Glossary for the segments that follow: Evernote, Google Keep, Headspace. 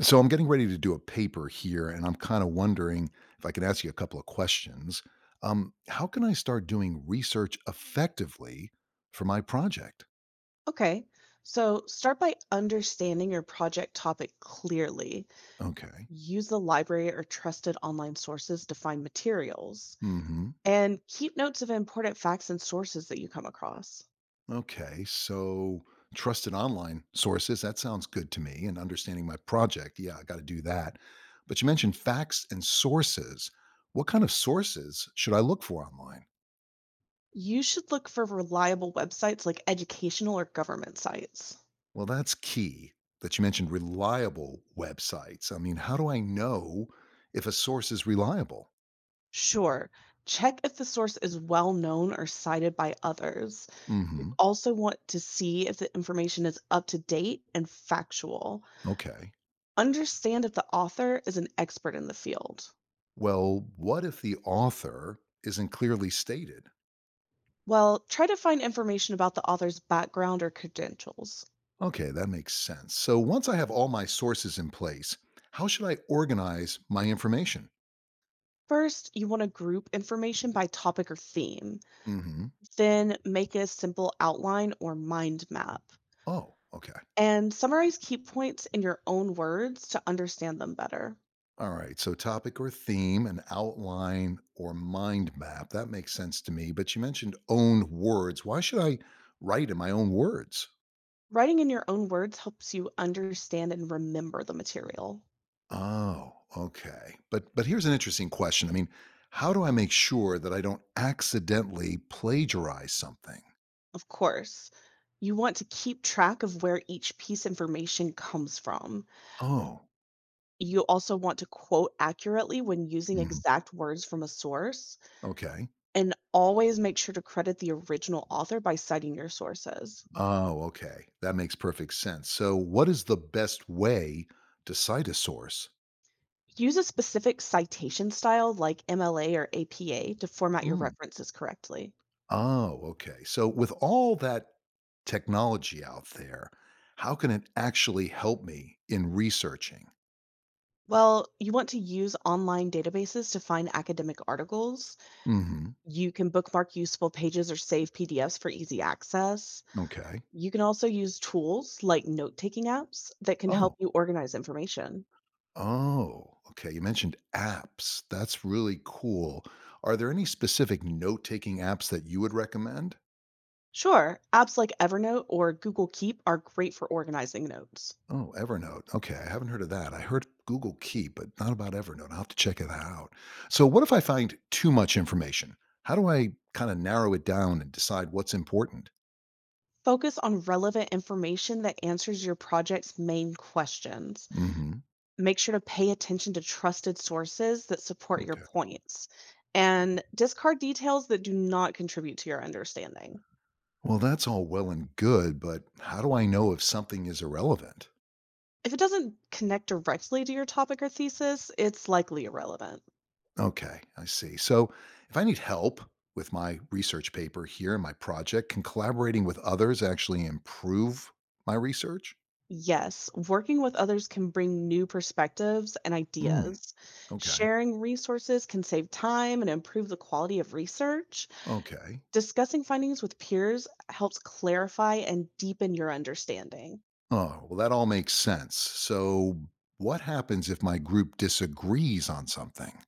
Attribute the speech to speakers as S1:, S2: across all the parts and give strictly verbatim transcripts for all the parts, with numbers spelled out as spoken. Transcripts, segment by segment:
S1: So I'm getting ready to do a paper here, and I'm kind of wondering if I can ask you a couple of questions. Um, how can I start doing research effectively for my project?
S2: Okay, so start by understanding your project topic clearly.
S1: Okay.
S2: Use the library or trusted online sources to find materials,
S1: Mm-hmm.
S2: and keep notes of important facts and sources that you come across.
S1: Okay. So trusted online sources, that sounds good to me. And understanding my project. Yeah, I got to do that. But you mentioned facts and sources. What kind of sources should I look for online?
S2: You should look for reliable websites like educational or government sites.
S1: Well, that's key that you mentioned reliable websites. I mean, how do I know if a source is reliable?
S2: Sure, check if the source is well known or cited by others. You
S1: Hmm.
S2: also want to see if the information is up to date and factual.
S1: Okay.
S2: Understand if the author is an expert in the field.
S1: Well, what if the author isn't clearly stated?
S2: Well, try to find information about the author's background or credentials.
S1: Okay, that makes sense. So once I have all my sources in place, how should I organize my information?
S2: First, you want to group information by topic or theme,
S1: Hmm.
S2: then make a simple outline or mind map,
S1: Oh, okay.
S2: and summarize key points in your own words to understand them better.
S1: All right. So topic or theme, an outline or mind map. That makes sense to me. But you mentioned own words. Why should I write in my own words?
S2: Writing in your own words helps you understand and remember the material.
S1: Oh, okay. But but here's an interesting question. I mean, how do I make sure that I don't accidentally plagiarize something?
S2: Of course, you want to keep track of where each piece information comes from.
S1: Oh,
S2: You also want to quote accurately when using
S1: mhm,
S2: exact words from a source.
S1: okay.
S2: And always make sure to credit the original author by citing your sources.
S1: Oh, okay. That makes perfect sense. So, what is the best way to cite a source?
S2: Use a specific citation style like M L A or A P A to format your
S1: Mm.
S2: references correctly.
S1: Oh, okay. So, with all that technology out there, how can it actually help me in researching?
S2: Well, you want to use online databases to find academic articles.
S1: Hmm.
S2: You can bookmark useful pages or save P D Fs for easy access.
S1: Okay.
S2: You can also use tools like note taking apps that can help
S1: Oh,
S2: you organize information.
S1: Oh, okay. You mentioned apps. That's really cool. Are there any specific note-taking apps that you would recommend?
S2: Sure, apps like Evernote or Google Keep are great for organizing notes.
S1: Oh, Evernote. Okay, I haven't heard of that. I heard Google Keep, but not about Evernote. I'll have to check it out. So, what if I find too much information? How do I kind of narrow it down and decide what's important?
S2: Focus on relevant information that answers your project's main questions.
S1: Mhm.
S2: Make sure to pay attention to trusted sources that support your
S1: Okay.
S2: points and discard details that do not contribute to your understanding.
S1: Well, that's all well and good, but how do I know if something is irrelevant?
S2: If it doesn't connect directly to your topic or thesis, it's likely irrelevant.
S1: Okay, I see. So if I need help with my research paper here in my project, can collaborating with others actually improve my research?
S2: Yes, working with others can bring new perspectives and
S1: Hmm.
S2: ideas.
S1: Okay.
S2: Sharing resources can save time and improve the quality of research.
S1: Okay.
S2: Discussing findings with peers helps clarify and deepen your understanding.
S1: Oh, well, that all makes sense. So what happens if my group disagrees on something?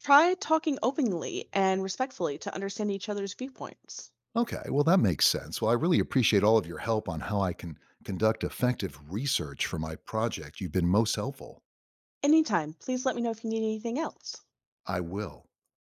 S2: Try talking openly and respectfully to understand each other's viewpoints.
S1: Okay, well, that makes sense. Well, I really appreciate all of your help on how I can conduct effective research for my project. You've been most helpful.
S2: Anytime, please let me know if you need anything else.
S1: I will.